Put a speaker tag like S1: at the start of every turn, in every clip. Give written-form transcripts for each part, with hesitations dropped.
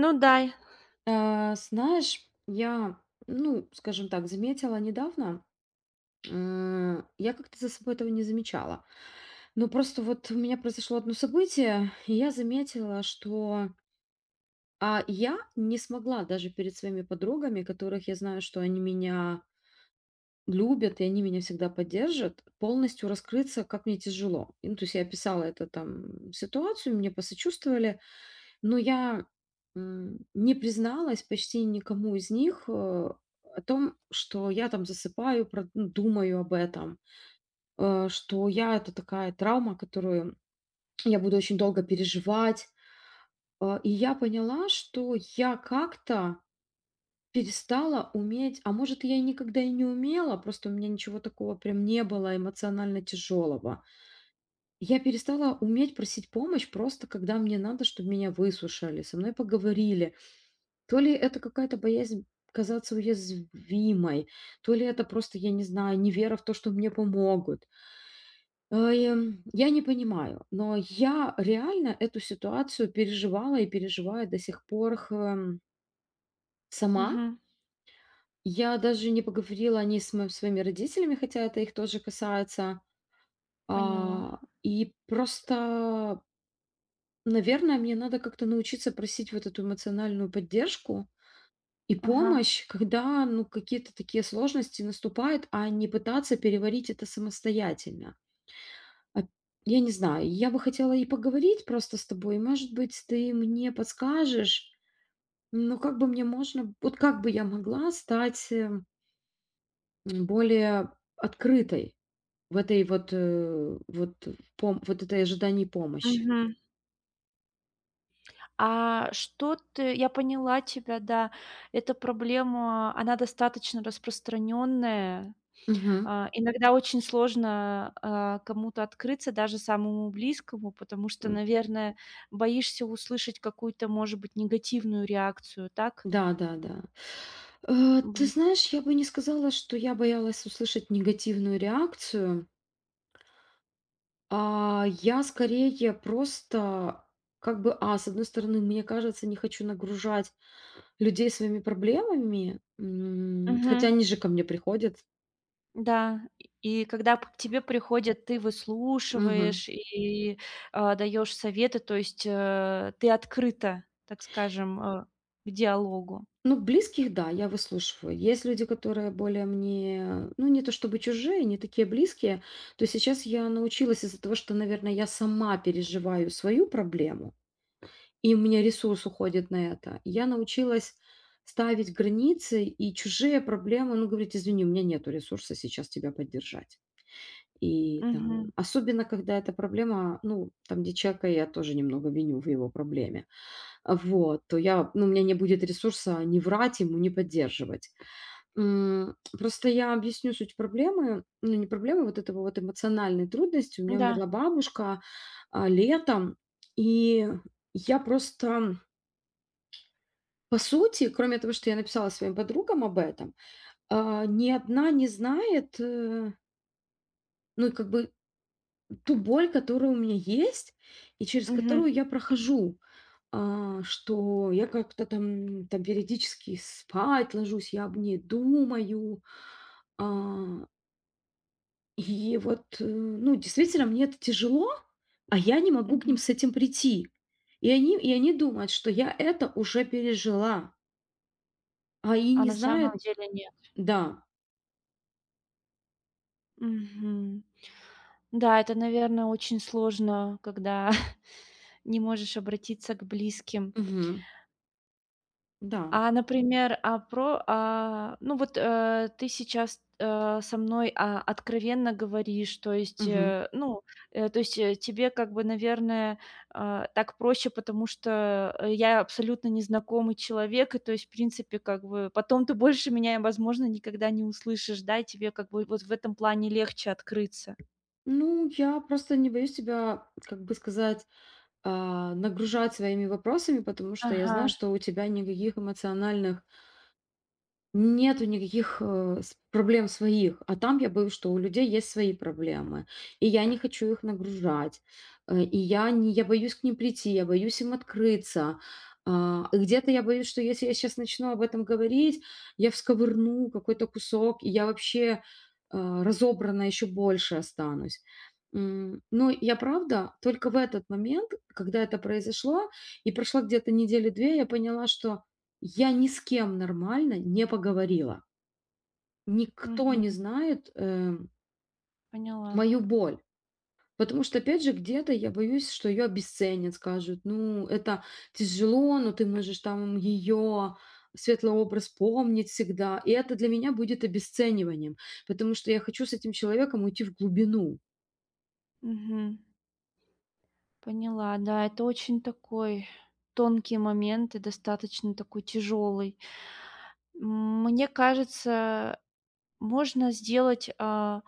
S1: Ну да,
S2: Э, знаешь, я, ну, скажем так, заметила недавно, я как-то за собой этого не замечала. Но просто вот у меня произошло одно событие, и я заметила, что я не смогла даже перед своими подругами, которых я знаю, что они меня любят, и они меня всегда поддержат, полностью раскрыться, как мне тяжело. То есть я описала это там ситуацию, мне посочувствовали, Но я, не призналась почти никому из них, о том, что я там засыпаю, про думаю об этом, это такая травма, которую я буду очень долго переживать. И я поняла, что я как-то перестала уметь, а может, я и никогда и не умела, просто у меня ничего такого прям не было эмоционально тяжелого. Я перестала уметь просить помощь просто когда мне надо, чтобы меня выслушали, со мной поговорили. То ли это какая-то боязнь казаться уязвимой, то ли это просто, я не знаю, невера в то, что мне помогут. Я не понимаю, но я реально эту ситуацию переживала и переживаю до сих пор сама.
S1: мгм,
S2: Я даже не поговорила о ней с своими родителями, хотя это их тоже касается.
S1: поняла.
S2: И просто, наверное, мне надо как-то научиться просить вот эту эмоциональную поддержку, и
S1: Ага,
S2: помощь, когда, ну, какие-то такие сложности наступают, а не пытаться переварить это самостоятельно. А, я не знаю, я бы хотела и поговорить просто с тобой. Может быть, ты мне подскажешь, ну, как бы мне можно, я могла стать, более открытой в этой вот, э, вот пом вот этой ожидании помощи?
S1: мгм. А что ты я поняла тебя, да. Эта проблема, она достаточно распространенная.
S2: Мгм.
S1: Иногда очень сложно, кому-то открыться, даже самому близкому, потому что,
S2: М.
S1: наверное, боишься услышать какую-то, может быть, негативную реакцию, так?
S2: Да, да, да. Ты
S1: Мгм.
S2: знаешь, я бы не сказала, что я боялась услышать негативную реакцию. Я скорее просто как бы, с одной стороны, мне кажется, не хочу нагружать людей своими проблемами, хотя
S1: Мгм.
S2: они же ко мне приходят.
S1: Да, и когда п к тебе приходят, ты
S2: Мгм.
S1: выслушиваешь и, даёшь советы, то есть, ты открыта, так скажем, к диалогу.
S2: Ну, близких, да, я выслушиваю. Есть люди, которые более мне, ну, не то чтобы чужие, не такие близкие. То есть сейчас я научилась из-за того, что, наверное, я сама переживаю свою проблему. И у меня ресурс уходит на это. Я научилась ставить границы и чужие проблемы, ну, говорить, извини, у меня нету ресурса сейчас тебя поддержать. И там,
S1: Мгм.
S2: особенно когда эта проблема, ну, там, где человека я тоже немного виню в его проблеме, то я, ну, у меня не будет ресурса не врать ему, не поддерживать. Просто я объясню суть проблемы, ну, не проблемы, вот этого вот эмоциональной трудности. У меня
S1: Да.
S2: умерла бабушка летом, и я просто по сути, кроме того, что я написала своим подругам об этом, ни одна не знает, ну, и как бы ту боль, которая у меня есть и через
S1: Мгм.
S2: которую я прохожу. Что я как-то там, там периодически спать ложусь, я об ней думаю. А, ну, действительно, мне это тяжело, а я не могу к ним
S1: Мгм.
S2: с этим прийти. И они думают, что я это уже пережила, и
S1: А
S2: не
S1: на самом
S2: знают,
S1: деле нет.
S2: да.
S1: Мгм. Да, это, наверное, очень сложно, когда не можешь обратиться к близким.
S2: Мгм. Да.
S1: Например, ну вот, ты сейчас, со мной, откровенно говоришь, то есть,
S2: Мгм.
S1: то есть, тебе как бы, наверное, так проще, потому что, я абсолютно незнакомый человек, и то есть, в принципе, как бы потом ты больше меня, возможно, никогда не услышишь, да, и тебе как бы вот в этом плане легче открыться.
S2: Ну, я просто не боюсь тебя, как бы сказать, нагружать своими вопросами, потому что я
S1: Ага,
S2: знаю, что у тебя никаких эмоциональных нету никаких, э, с проблем своих, а там я боюсь, что у людей есть свои проблемы, и я не хочу их нагружать, э, и я не я боюсь к ним прийти, я боюсь им открыться. И где-то я боюсь, что если я сейчас начну об этом говорить, я всковырну какой-то кусок, и я вообще, разобрана еще больше останусь. Но я правда только в этот момент, когда это произошло и прошло где-то недели 2, я поняла, что я ни с кем нормально не поговорила. Никто не
S1: мгм,
S2: знает,
S1: поняла,
S2: мою боль. Потому что, опять же, где-то я боюсь, что ее обесценят, скажут, ну, это тяжело, но ты можешь там ее светлый образ помнить всегда. И это для меня будет обесцениванием, потому что я хочу с этим человеком уйти в глубину.
S1: мгм. Поняла, да, это очень такой тонкий момент и достаточно такой тяжелый. Мне кажется, можно сделать,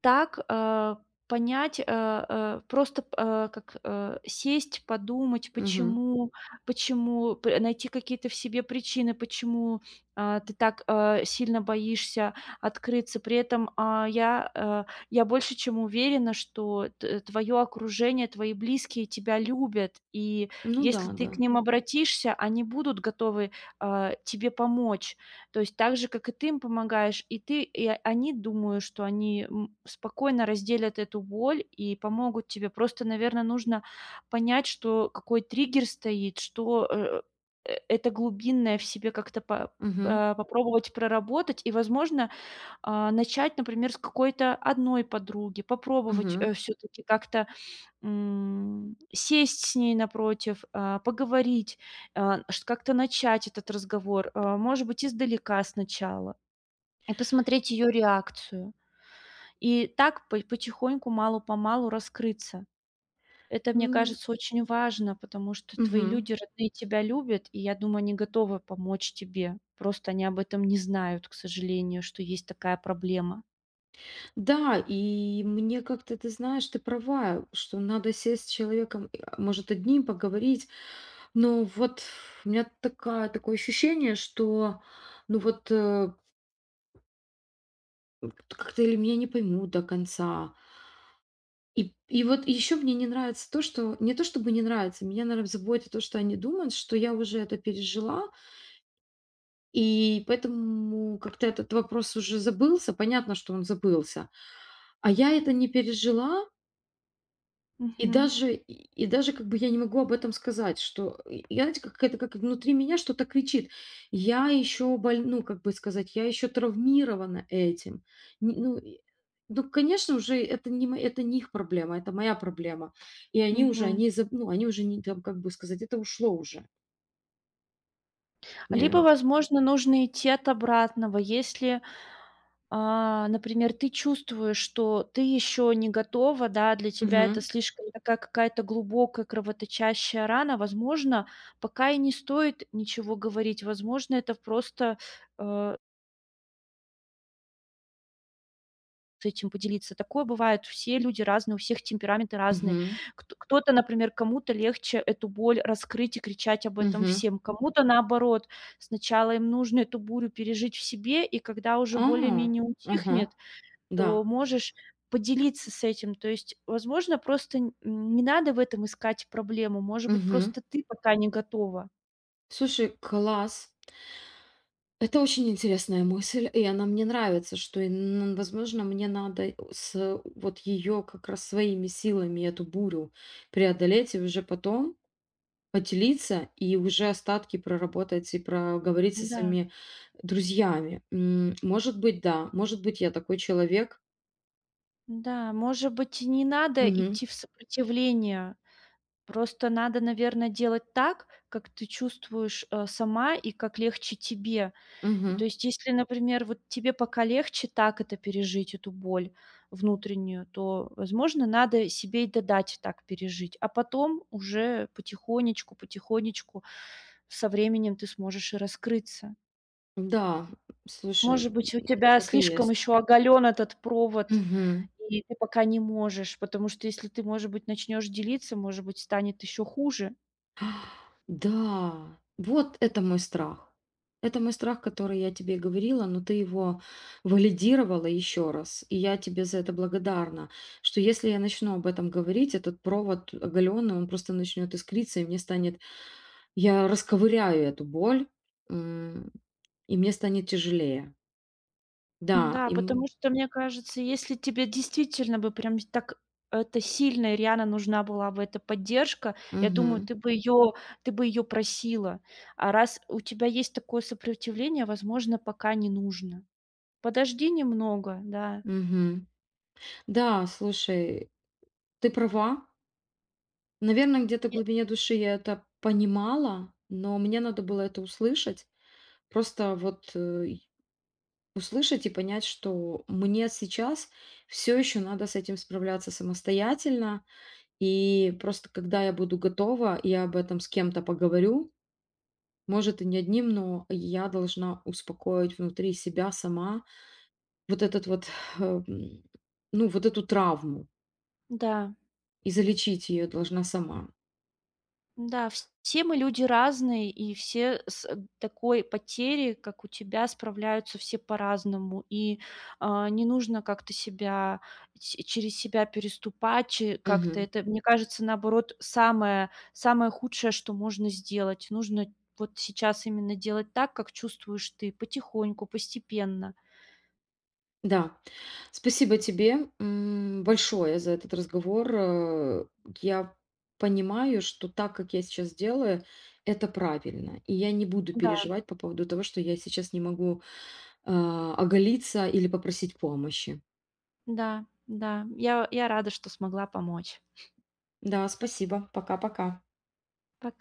S1: так, понять, просто, как, сесть, подумать,
S2: Мгм.
S1: почему почему, п найти какие-то в себе причины, почему, ты так, сильно боишься открыться. При этом, я больше чем уверена, что твое окружение, твои близкие тебя любят, и
S2: Ну да,
S1: если ты
S2: да.
S1: к ним обратишься, они будут готовы, тебе помочь. То есть так же, как и ты им помогаешь, они думают, что они, спокойно разделят эту боль и помогут тебе. Просто, наверное, нужно понять, что какой триггер стоит, что, это глубинное в себе как-то
S2: Мгм.
S1: попробовать проработать и, возможно, начать, например, с какой-то одной подруги, попробовать,
S2: Мгм.
S1: все таки как-то, сесть с ней напротив, поговорить, а, ш как-то начать этот разговор, может быть, издалека сначала, и посмотреть ее реакцию. И так по потихоньку, мало-помалу раскрыться. Это, мне
S2: М,
S1: кажется, очень важно, потому что твои
S2: Мгм.
S1: люди родные тебя любят, и я думаю, они готовы помочь тебе. Просто они об этом не знают, к сожалению, что есть такая проблема.
S2: Да, и мне как-то, ты знаешь, ты права, что надо сесть с человеком, и, может, одним поговорить. Но вот у меня такое ощущение, что, ну вот, э, как-то или меня не поймут до конца. Еще мне не нравится то, что не то, чтобы не нравится, меня, наверное, заботит то, что они думают, что я уже это пережила, и поэтому как-то этот вопрос уже забылся. Понятно, что он забылся. А я это не пережила,
S1: Мгм,
S2: и даже как бы я не могу об этом сказать, что и я, знаете, как это, как внутри меня что-то кричит. Я еще боль Ну, как бы сказать, я еще травмирована этим. Н ну и Ну, конечно, уже это не их проблема, это моя проблема.
S1: мгм.
S2: Они заб ну, они уже не там, как бы сказать, это ушло уже. Не
S1: Либо, возможно, нужно идти от обратного. Если, А, например, ты чувствуешь, что ты еще не готова, да, для тебя это
S2: Мгм.
S1: слишком такая какая-то глубокая кровоточащая рана, возможно, пока и не стоит ничего говорить, возможно, это просто, э, с этим поделиться. Такое бывает, все люди разные, у всех темпераменты разные.
S2: Мгм.
S1: Кто-то, например, кому-то легче эту боль раскрыть и кричать об этом
S2: Мгм.
S1: всем, кому-то наоборот. Сначала им нужно эту бурю пережить в себе, и когда уже
S2: А.
S1: более-менее
S2: Ага.
S1: утихнет,
S2: Да.
S1: то можешь поделиться с этим. То есть, возможно, просто н не надо в этом искать проблему. Может быть,
S2: Мгм.
S1: просто ты пока не готова.
S2: Слушай, класс. Это очень интересная мысль, и она мне нравится, возможно, мне надо с вот ее как раз своими силами эту бурю преодолеть и уже потом поделиться и уже остатки проработать и проговорить со
S1: Да,
S2: своими друзьями. Может быть, да, может быть, я такой человек.
S1: да, может быть, и не надо
S2: Мгм.
S1: идти в сопротивление. Просто надо, наверное, делать так, как ты чувствуешь, сама и как легче тебе. И то
S2: Мгм.
S1: есть, если, например, вот тебе пока легче так это пережить, эту боль внутреннюю, то, возможно, надо себе и додать так пережить, а потом уже потихонечку, потихонечку со временем ты сможешь и раскрыться.
S2: Да, слушай,
S1: Может быть, у тебя
S2: так и
S1: слишком
S2: есть.
S1: еще оголен этот провод,
S2: Мгм.
S1: и ты пока не можешь, потому что если ты, может быть, начнешь делиться, может быть, станет еще хуже.
S2: Да, вот это мой страх. Это мой страх, который я тебе говорила, но ты его валидировала еще раз. И я тебе за это благодарна, что если я начну об этом говорить, этот провод оголенный, он просто начнет искриться, и мне станет... Я расковыряю эту боль, м, и мне станет тяжелее. Да,
S1: Да
S2: им...
S1: потому что, мне кажется, если тебе действительно бы прям так это сильно и реально нужна была бы эта поддержка, я думаю,
S2: Мгм.
S1: ты бы ее просила. А раз у тебя есть такое сопротивление, возможно, пока не нужно. Подожди немного, да.
S2: Мгм. Да, слушай, ты права, наверное, где-то в
S1: И
S2: глубине души я это понимала, но мне надо было это услышать. Просто вот э, и Услышать и понять, что мне сейчас все еще надо с этим справляться самостоятельно. И просто когда я буду готова, я об этом с кем-то поговорю. Может, и не одним, но я должна успокоить внутри себя сама вот этот вот, э, м, ну, вот эту травму
S1: да.
S2: и залечить ее должна сама.
S1: Да, вс все мы люди разные, и все с такой потерей, как у тебя, справляются все по-разному. И, не нужно как-то себя ч через себя переступать, че как-то
S2: Мгм.
S1: это, мне кажется, наоборот, самое худшее, что можно сделать. Нужно вот сейчас именно делать так, как чувствуешь ты, потихоньку, постепенно.
S2: Да. Спасибо тебе, большое за этот разговор. Я понимаю, что так, как я сейчас делаю, это правильно. И я не буду
S1: Да,
S2: переживать по поводу того, что я сейчас не могу, оголиться или попросить помощи.
S1: да, да. Я рада, что смогла помочь.
S2: Да, спасибо. Пока-пока.
S1: Пока.